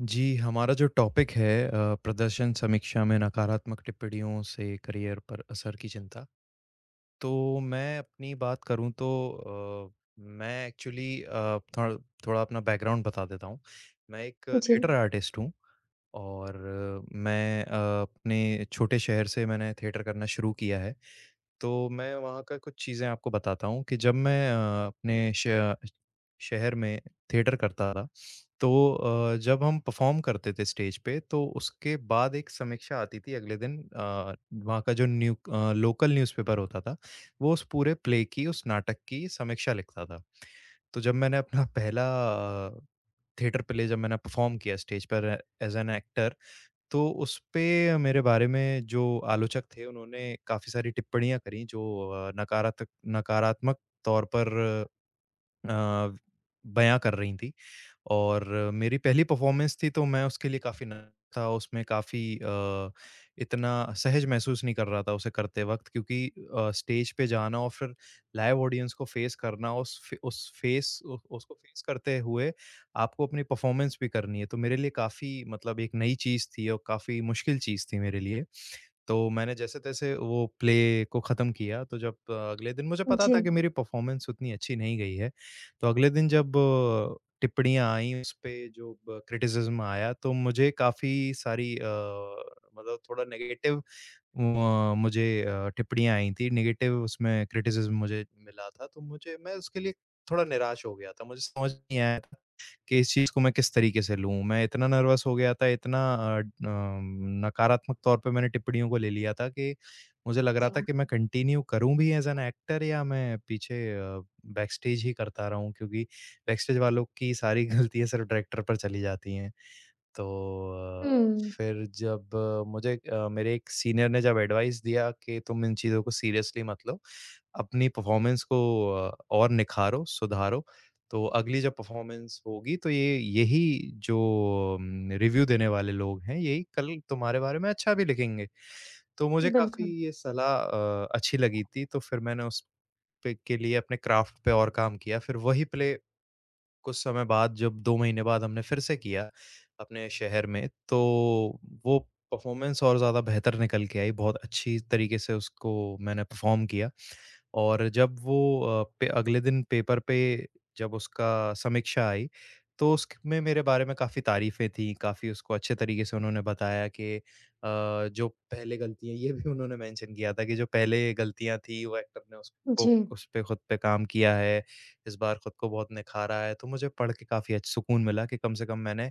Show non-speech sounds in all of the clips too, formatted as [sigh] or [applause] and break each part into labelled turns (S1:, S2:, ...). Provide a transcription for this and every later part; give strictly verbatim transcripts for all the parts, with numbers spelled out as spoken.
S1: जी, हमारा जो टॉपिक है अ, प्रदर्शन समीक्षा में नकारात्मक टिप्पणियों से करियर पर असर की चिंता। तो मैं अपनी बात करूँ तो अ, मैं एक्चुअली अ, थोड़ा थोड़ा अपना बैकग्राउंड बता देता हूँ। मैं एक
S2: जी,
S1: थिएटर आर्टिस्ट हूँ और अ, मैं अ, अपने छोटे शहर से मैंने थिएटर करना शुरू किया है। तो मैं वहाँ का कुछ चीज़ें आपको बताता हूँ कि जब मैं अ, अपने श शहर में थिएटर करता था, तो अ, जब हम परफ़ॉर्म करते थे स्टेज पे, तो उसके बाद एक समीक्षा आती थी अगले दिन। अ, वहाँ का जो न्यू अ, लोकल न्यूज़पेपर होता था, वो उस पूरे प्ले की, उस नाटक की समीक्षा लिखता था। तो जब मैंने अपना पहला अ, थिएटर प्ले जब मैंने परफ़ॉर्म किया स्टेज पर एज़ एन एक्टर, तो उसपे मेरे बारे में जो आलोचक थे, उन्होंने काफ़ी सारी टिप्पणियाँ करी जो अ, नकारातक नकारात्मक तौर पर अ, बयाँ कर रही थी। और मेरी पहली परफ़ॉर्मेंस थी तो मैं उसके लिए काफ़ी नर्वस था, उसमें काफ़ी अ, इतना सहज महसूस नहीं कर रहा था उसे करते वक़्त क्योंकि अ, स्टेज पे जाना और फिर लाइव ऑडियंस को फ़ेस करना, उस फ़े उस फ़ेस उ उसको फ़ेस करते हुए आपको अपनी परफ़ॉर्मेंस भी करनी है, तो मेरे लिए काफ़ी मतलब एक नई चीज़ थी और काफ़ी मुश्किल चीज़ थी मेरे लिए। तो मैंने जैसे-तैसे वो प्ले को ख़त्म किया, तो जब अ, अगले दिन मुझे पता
S2: जी।
S1: था कि मेरी परफ़ॉर्मेंस उतनी अच्छी नहीं गई है। तो अगले दिन जब अ, टिप्पणियाँ आईं उस पे जो ब क्रिटिसिज़्म आया, तो मुझे काफ़ी सारी अ, मतलब थोड़ा नेगेटिव म मुझे अ, टिप्पणियाँ आई थी, नेगेटिव उसमें क्रिटिसिज़्म मुझे मिला था, तो मुझे मैं उसके लिए थोड़ा निराश हो गया था। मुझे समझ नहीं आया कि इस चीज़ को मैं किस तरीके से लूँ। मैं इतना नर्वस हो गया था, इतना अ, अम, नकारात्मक तौर पे मैंने टिप्पणियों को ले लिया था कि मुझे लग
S2: जी
S1: रहा था कि मैं कंटिन्यू करूँ भी एज़ एन एक्टर या मैं पीछे अ, बैकस्टेज ही करता रहूँ क्योंकि बैकस्टेज वालों की सारी [laughs] गलतियाँ सिर्फ़ डायरेक्टर पर चली जाती हैं। तो अ,
S2: हुँ,
S1: फिर जब अ, मुझे अ, मेरे एक सीनियर ने जब एडवाइस दिया कि तुम इन चीज़ों को सीरियसली मत लो, अपनी परफ़ॉर्मेंस को अ, और निखारो, सुधारो, तो अगली जब परफ़ॉर्मेंस होगी तो ये यही जो उम, रिव्यू देने वाले लोग हैं, यही कल तुम्हारे बारे में अच्छा भी लिखेंगे। तो मुझे काफ़ी
S2: बिल्कुल।
S1: ये सलाह अ, अच्छी लगी थी, तो फिर मैंने उस पे के लिए अपने क्राफ़्ट पे और काम किया, फिर वही प्ले कुछ समय बाद जब दो महीने बाद हमने फिर से किया, अपने शहर में, तो वो परफ़ॉर्मेंस और ज़्यादा बेहतर निकल के आई। बहुत अच्छी तरीके से उसको मैंने परफ़ॉर्म किया। और जब वो अ, पे अगले दिन पेपर पे जब उसका समीक्षा आई, तो उसमें मेरे बारे में काफ़ी तारीफ़ें थी, काफ़ी उसको अच्छे तरीके से उन्होंने बताया कि अ, जो पहले गलतियाँ ये भी उन्होंने मेंशन किया था कि जो पहले गलतियाँ थी, वो एक्टर ने उसको
S2: जी,
S1: उस पे खुद पे काम किया है, इस बार खुद को बहुत निखारा है। तो मुझे पढ़ के काफ़ी अच सुकून मिला कि कम से कम मैंने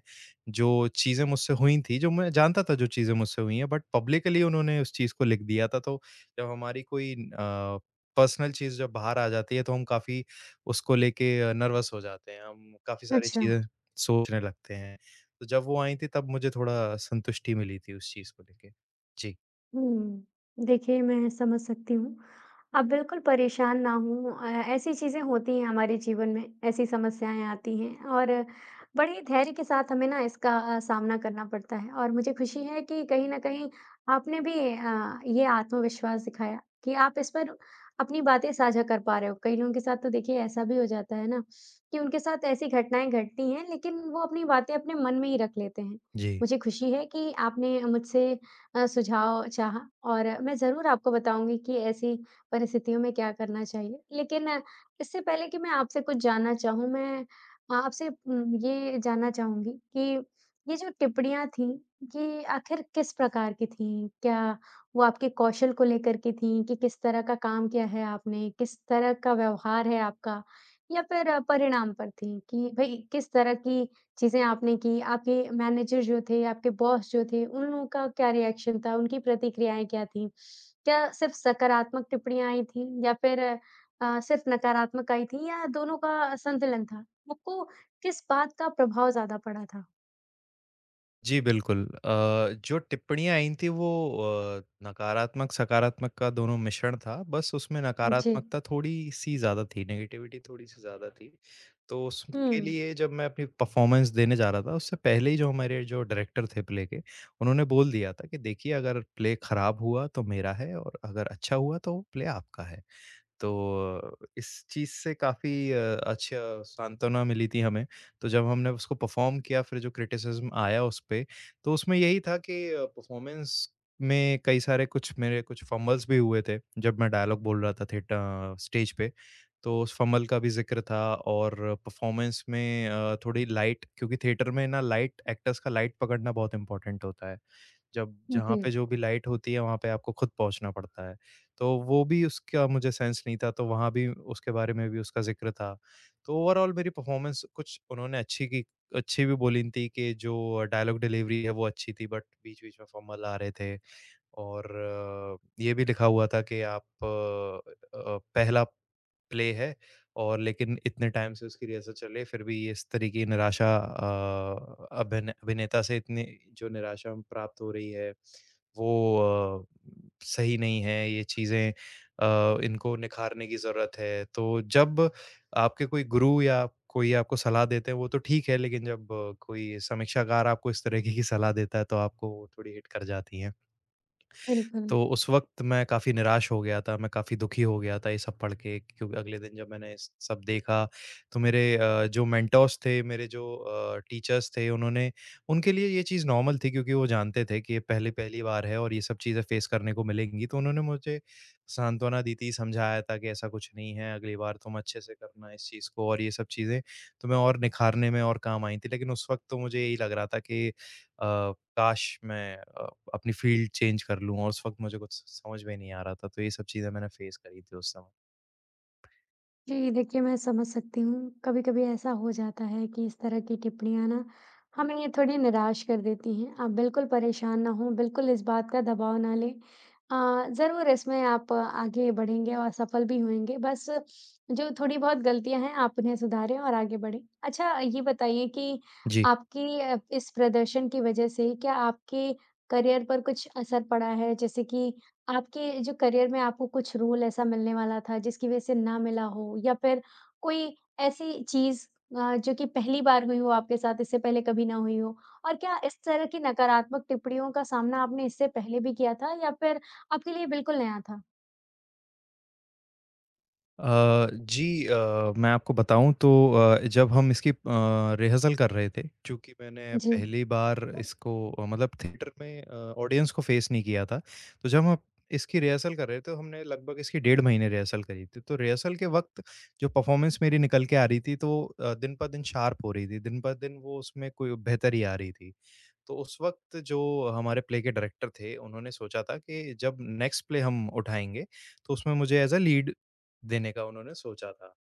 S1: जो चीज़ें मुझसे हुई थी, जो मैं जानता था जो चीज़ें मुझसे हुई हैं, बट पब्लिकली उन्होंने उस चीज़ को लिख दिया था, तो जब हमारी कोई अ पर्सनल चीज़ जब बाहर आ जाती है तो हम काफ़ी उसको लेके अ, नर्वस हो जाते हैं, हम काफ़ी सारी
S2: अच्छा।
S1: चीज़ें सोचने लगते हैं। तो जब वो आई थी तब मुझे थोड़ा संतुष्टि मिली थी उस चीज़ को लेके। जी।
S2: हुँ। देखिए, मैं समझ सकती हूँ। आप बिल्कुल परेशान ना हों अ, ऐसी चीज़ें होती हैं हमारे जीवन में, ऐसी समस्याएँ आती हैं और बड़े ही धैर्य के साथ हमें ना इसका अ, सामना करना पड़ता है और मुझे खुशी है कि कहीं न कहीं आपने भी अ, ये आत्मविश्वास दिखाया कि आप इस पर अपनी बातें साझा कर पा रहे हो। कई लोगों के साथ तो देखिए ऐसा भी हो जाता है ना कि उनके साथ ऐसी घटनाएँ घटती हैं, लेकिन वो अपनी बातें अपने मन में ही रख लेते हैं।
S1: जी।
S2: मुझे खुशी है कि आपने मुझसे अ, सुझाव चाहा और मैं ज़रूर आपको बताऊँगी कि ऐसी परिस्थितियों में क्या करना चाहिए। लेकिन अ, इससे पहले कि मैं आपसे कुछ जानना चाहूँ, मैं अ, आपसे उम, ये जानना चाहूँगी कि ये जो टिप्पणियाँ थीं, ये आखिर किस प्रकार की थीं? क्या वो आपके कौशल को लेकर के थीं कि किस तरह का काम किया है आपने, किस तरह का व्यवहार है आपका या फिर अ, परिणाम पर थीं कि भई किस तरह की चीज़ें आपने की, आपके मैनेजर जो थे, आपके बॉस जो थे, उन लोगों का क्या रिएक्शन था? उनकी प्रतिक्रियाएँ क्या थीं? क्या सिर्फ़ सकारात्मक टिप्पणियाँ आई थीं या फिर अ, सिर्फ़ नकारात्मक आई थीं या दोनों का संतुलन था? आपको किस बात का प्रभाव ज़्यादा पड़ा था?
S1: जी, बिल्कुल। अ, जो टिप्पणियाँ आई थी वो अ, नकारात्मक-सकारात्मक का दोनों मिश्रण था, बस उसमें
S2: जी।
S1: नकारात्मकता थोड़ी-सी ज़्यादा थी, नेगेटिविटी थोड़ी-सी ज़्यादा थी। तो उसके
S2: हुँ।
S1: लिए जब मैं अपनी परफ़ॉर्मेंस देने जा रहा था, उससे पहले ही जो हमारे जो डायरेक्टर थे प्ले के, उन्होंने बोल दिया था कि देखिए अगर प्ले खराब हुआ तो मेरा है और अगर अच्छा हुआ तो प्ले आपका है। तो इस चीज़ से काफ़ी अ, अच्छा सांत्वना मिली थी हमें। तो जब हमने उसको परफ़ॉर्म किया फिर जो क्रिटिसिज़्म आया उस पे, तो उसमें यही था कि अ, परफ़ॉर्मेंस में कई सारे कुछ मेरे कुछ फ़ंबल्स भी हुए थे, जब मैं डायलॉग बोल रहा था थिएट अ, स्टेज पे, तो उस फ़ंबल का भी ज़िक्र था और परफ़ॉर्मेंस में अ, थोड़ी लाइट क्योंकि थिएटर में ना लाइट एक्टर्स का लाइट पकड़ना बहुत इम्पोर्टेंट होता है। जब जहाँ
S2: जी,
S1: पे जो भी लाइट होती है वहाँ पे आपको खुद पहुँचना पड़ता है। तो वो भी उसका मुझे सेंस नहीं था तो वहाँ भी उसके बारे में भी उसका ज़िक्र था। तो ओवरऑल मेरी परफ़ॉर्मेंस कुछ उन्होंने अच्छी की अच्छी भी बोली थी कि जो डायलॉग डिलीवरी है वो अच्छी थी बट बीच-बीच में फ़म्बल आ रहे थे। और अ, ये भी लिखा हुआ था कि आप अ अ, पहला प्ले है और लेकिन इतने टाइम से उसकी रिहर्सल चल रही है, फिर भी ये इस तरह की निराशा अ, अभिन अभिनेता से इतनी जो निराशा हम प्राप्त हो रही है, वो अ, सही नहीं है, ये चीज़ें अ, इनको निखारने की ज़रूरत है। तो जब आपके कोई गुरु या कोई आपको सलाह देते हैं, वो तो ठीक है, लेकिन जब अ, कोई समीक्षाकार आपको इस तरीके की सलाह देता है, तो आपको वो थोड़ी हिट कर जाती हैं।
S2: बिल्कुल।
S1: तो उस वक़्त मैं काफ़ी निराश हो गया था, मैं काफ़ी दुखी हो गया था ये सब पढ़ के क्योंकि अगले दिन जब मैंने स सब देखा, तो मेरे अ, जो मेंटोर्स थे, मेरे जो अ, टीचर्स थे उन्होंने उनके लिए ये चीज़ नॉर्मल थी क्योंकि वो जानते थे कि ये पहली पहली बार है और ये सब चीज़ें फेस करने को मिलेंगी, तो उन्होंने मुझे सांत्वना दी थी, समझाया था कि ऐसा कुछ नहीं है, अगली बार तुम अच्छे से करना इस चीज़ को और ये सब चीज़ें तुम्हें और निखारने में और काम आई थी। लेकिन उस वक़्त तो मुझे यही लग रहा था कि अ, काश मैं अ, अपनी फ़ील्ड चेंज कर लूँ और उस वक़्त मुझे कुछ समझ में नहीं आ रहा था, तो ये सब चीज़ें मैंने फ़ेस करी थी उस समय।
S2: जी, देखिए मैं समझ सकती हूँ। कभी-कभी ऐसा हो जाता है कि इस तरह की टिप्पणियाँ ना हमें ये थोड़ी निराश कर देती हैं। आप बिल्कुल परेशान ना हों, बिल्कुल इस बात का दबाव ना लें। अ, ज़रूर इसमें आप आगे बढ़ेंगे और सफल भी होंगे। बस जो थोड़ी बहुत गलतियाँ हैं आप उन्हें सुधारें और आगे बढ़ें। अच्छा ये बताइए कि
S1: जी।
S2: आपकी अ, इस प्रदर्शन की वज़ह से क्या आपके करियर पर कुछ असर पड़ा है? जैसे कि आपके जो करियर में आपको कुछ रोल ऐसा मिलने वाला था जिसकी वज़ह से ना मिला हो या फिर कोई ऐसी चीज़ अ, जो कि पहली बार हुई हो आपके साथ, इससे पहले कभी ना हुई हो? और क्या इस तरह की नकारात्मक टिप्पणियों का सामना आपने इससे पहले भी किया था या फिर आपके लिए बिल्कुल नया था?
S1: अ, जी अ, मैं आपको बताऊँ तो अ, जब हम इसकी अ, रिहर्सल कर रहे थे, चूँकि मैंने
S2: जी।
S1: पहली बार इसको मतलब थिएटर में अ, ऑडियंस को फ़ेस नहीं किया था, तो जब हम इसकी रिहर्सल कर रहे थे, तो हमने लगभग इसकी डेढ़ महीने रिहर्सल करी थी। तो रिहर्सल के वक़्त जो परफ़ॉर्मेंस मेरी निकल के आ रही थी, तो अ, दिन-ब-दिन शार्प हो रही थी, दिन-ब-दिन वो उसमें कोई बेहतरी आ रही थी। तो उस वक़्त जो हमारे प्ले के डायरेक्टर थे, उन्होंने सोचा था कि जब नेक्स्ट प्ले हम उठाएँगे, तो उसमें मुझे ऐज़ अ लीड देने का उन्होंने सोचा था।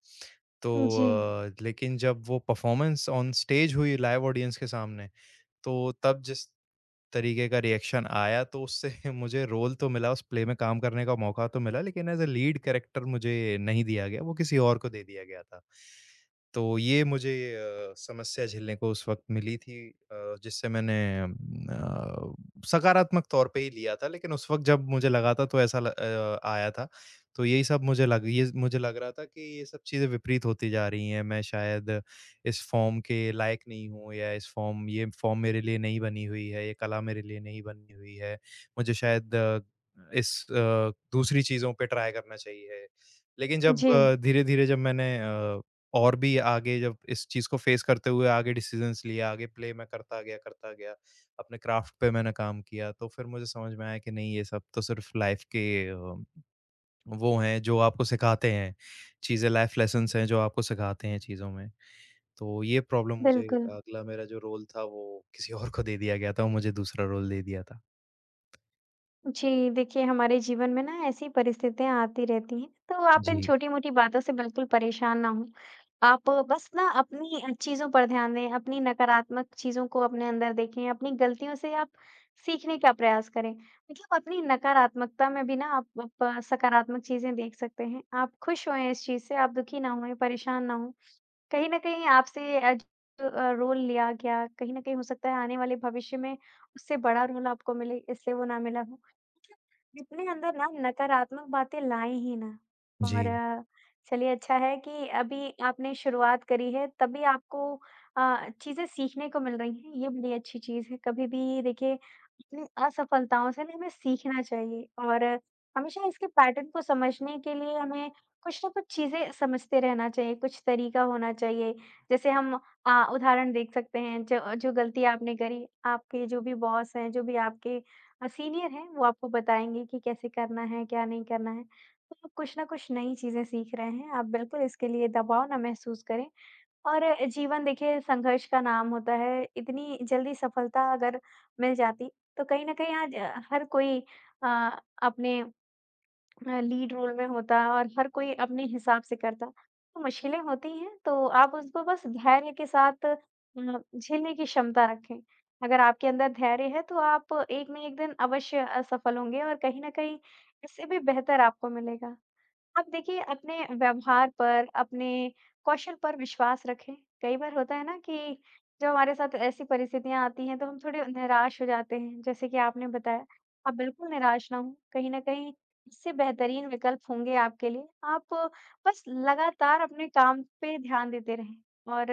S1: तो
S2: जी,
S1: अ, लेकिन जब वो परफ़ॉर्मेंस ऑन स्टेज हुई लाइव ऑडियंस के सामने, तो तब जिस तरीके का रिएक्शन आया तो उससे [laughs] मुझे रोल तो मिला, उस प्ले में काम करने का मौका तो मिला लेकिन एज़ अ लीड कैरेक्टर मुझे नहीं दिया गया, वो किसी और को दे दिया गया था। तो ये मुझे अ, समस्या झेलने को उस वक़्त मिली थी अ, जिससे मैंने अ, सकारात्मक तौर पे ही लिया था लेकिन उस वक़्त जब मुझे लगा था तो ऐसा ल अ, आया था। तो यही सब मुझे लग ये मुझे लग रहा था कि ये सब चीज़ें विपरीत होती जा रही हैं, मैं शायद इस फ़ॉर्म के लायक नहीं हूँ या इस फ़ॉर्म ये फ़ॉर्म मेरे लिए नहीं बनी हुई है, ये कला मेरे लिए नहीं बनी हुई है। मुझे शायद अ, इस अ, दूसरी चीज़ों पे ट्राई करना चाहिए। लेकिन जब
S2: जी,
S1: अ, धीरे-धीरे जब मैंने अ, और भी आगे जब इस चीज़ को फ़ेस करते हुए आगे डिसीज़न्स लिए, आगे प्ले मैं करता गया, करता गया, अपने क्राफ़्ट पे मैंने काम किया, तो फिर मुझे समझ में आया कि नहीं ये सब तो सिर्फ़ लाइफ़ के अ वो हैं जो आपको सिखाते हैं, चीज़ें लाइफ़ लेसन्स हैं जो आपको सिखाते हैं चीज़ों में। तो ये प्रॉब्लम मुझे
S2: बिल्कुल।
S1: अगला मेरा जो रोल था वो किसी और को दे दिया गया था, वो मुझे दूसरा रोल दे दिया था।
S2: जी, देखिए हमारे जीवन में ना ऐसी परिस्थितियाँ आती रहती हैं, तो आप इन
S1: जी।
S2: छोटी-मोटी बातों से बिल्कुल परेशान ना हों। आप बस ना अपनी अ, चीज़ों पर ध्यान दें, अपनी नकारात्मक चीज़ों को अपने अंदर देखें, अपनी गलतियों से आप सीखने का प्रयास करें। मतलब अपनी नकारात्मकता में भी ना आप आप सकारात्मक चीज़ें देख सकते हैं। आप खुश होएँ इस चीज़ से, आप दुखी ना होएँ, परेशान ना हों। कहीं न कहीं आपसे अ, जो अ, रोल लिया गया, कहीं न कहीं हो सकता है आने वाले भविष्य में उससे बड़ा रोल आपको मिले, इसलिए वो ना मिला हो। मतलब अपने अंदर ना नकारात्मक बातें लाएँ ही ना और
S1: जी,
S2: अ, चलिए अच्छा है कि अभी आपने शुरुआत करी है, तभी आपको अ, चीज़ें सीखने को मिल रही हैं, ये बड़ी अच्छी चीज़ है। कभी भी देखिए अपनी असफलताओं से ना हमें सीखना चाहिए और हमेशा इसके पैटर्न को समझने के लिए हमें कुछ ना कुछ चीज़ें समझते रहना चाहिए, कुछ तरीका होना चाहिए। जैसे हम अ, उदाहरण देख सकते हैं, जो जो गलती आपने करी, आपके जो भी बॉस हैं, जो भी आपके अ, सीनियर हैं, वो आपको बताएँगे कि कैसे करना है, क्या नहीं करना है। तो आप कुछ ना कुछ नई चीज़ें सीख रहे हैं, आप बिल्कुल इसके लिए दबाव ना महसूस करें। और अ, जीवन देखिए संघर्ष का नाम होता है, इतनी जल्दी सफलता अगर मिल जाती, तो कहीं न कहीं आज अ, हर कोई अ, अपने अ, लीड रोल में होता और हर कोई अपने हिसाब से करता, तो मुश्किलें होती हैं, तो आप उसको बस धैर्य के साथ अ, झेलने की क्षमता रखें। अगर आपके अंदर धैर्य है, तो आप एक ना एक दिन अवश्य असफल होंगे और कहीं न कहीं इससे भी बेहतर आपको मिलेगा। आप देखिए अपने व्यवहार पर, अपने कौशल पर विश्वास रखें। कई बार होता है ना कि जब हमारे साथ ऐसी परिस्थितियाँ आती हैं, तो हम थोड़े निराश हो जाते हैं, जैसे कि आपने बताया। आप बिल्कुल निराश ना हों, कहीं न कहीं इससे बेहतरीन विकल्प होंगे आपके लिए। आप बस लगातार अपने काम पे ध्यान देते रहें और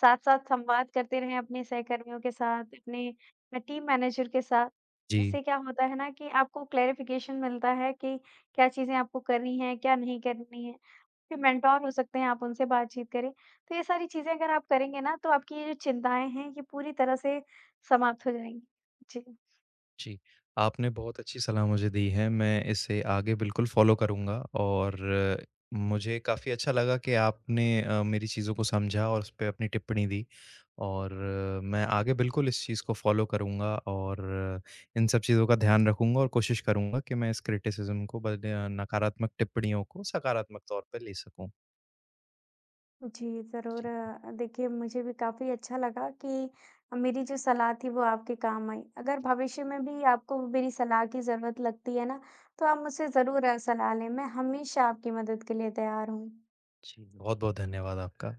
S2: साथ-साथ संवाद करते रहें अपने सहकर्मियों के साथ, अपने अ, टीम मैनेजर के साथ।
S1: जी।
S2: इससे क्या होता है ना कि आपको क्लैरिफ़िकेशन मिलता है कि क्या चीज़ें आपको करनी है, क्या नहीं करनी है। फिर मेंटर हो सकते हैं, आप उनसे बातचीत करें। तो ये सारी चीज़ें अगर आप करेंगे ना, तो आपकी ये जो चिंताएँ हैं, ये पूरी तरह से समाप्त हो जाएँगी। जी।
S1: जी, आपने बहुत अच्छी सलाह मुझे दी है, मैं इसे आगे बिल्कुल फ़ॉलो करूँगा और अ, मुझे काफ़ी अच्छा लगा कि आपने अ, मेरी चीज़ों को समझा और उसपे अपनी टिप्पणी दी और अ, मैं आगे बिल्कुल इस चीज़ को फ़ॉलो करूँगा और अ, इन सब चीज़ों का ध्यान रखूँगा और कोशिश करूँगा कि मैं इस क्रिटिसिज़्म को बद नकारात्मक टिप्पणियों को सकारात्मक तौर पे ले सकूँ।
S2: जी, ज़रूर।
S1: जी,
S2: अ, देखिए मुझे भी काफ़ी अच्छा लगा कि मेरी जो सलाह थी वो आपके काम आई। अगर भविष्य में भी आपको मेरी सलाह की ज़रूरत लगती है ना, तो आप मुझसे ज़रूर अ, सलाह लें। मैं हमेशा आपकी मदद के लिए तैयार हूँ।
S1: बहुत-बहुत धन्यवाद आपका।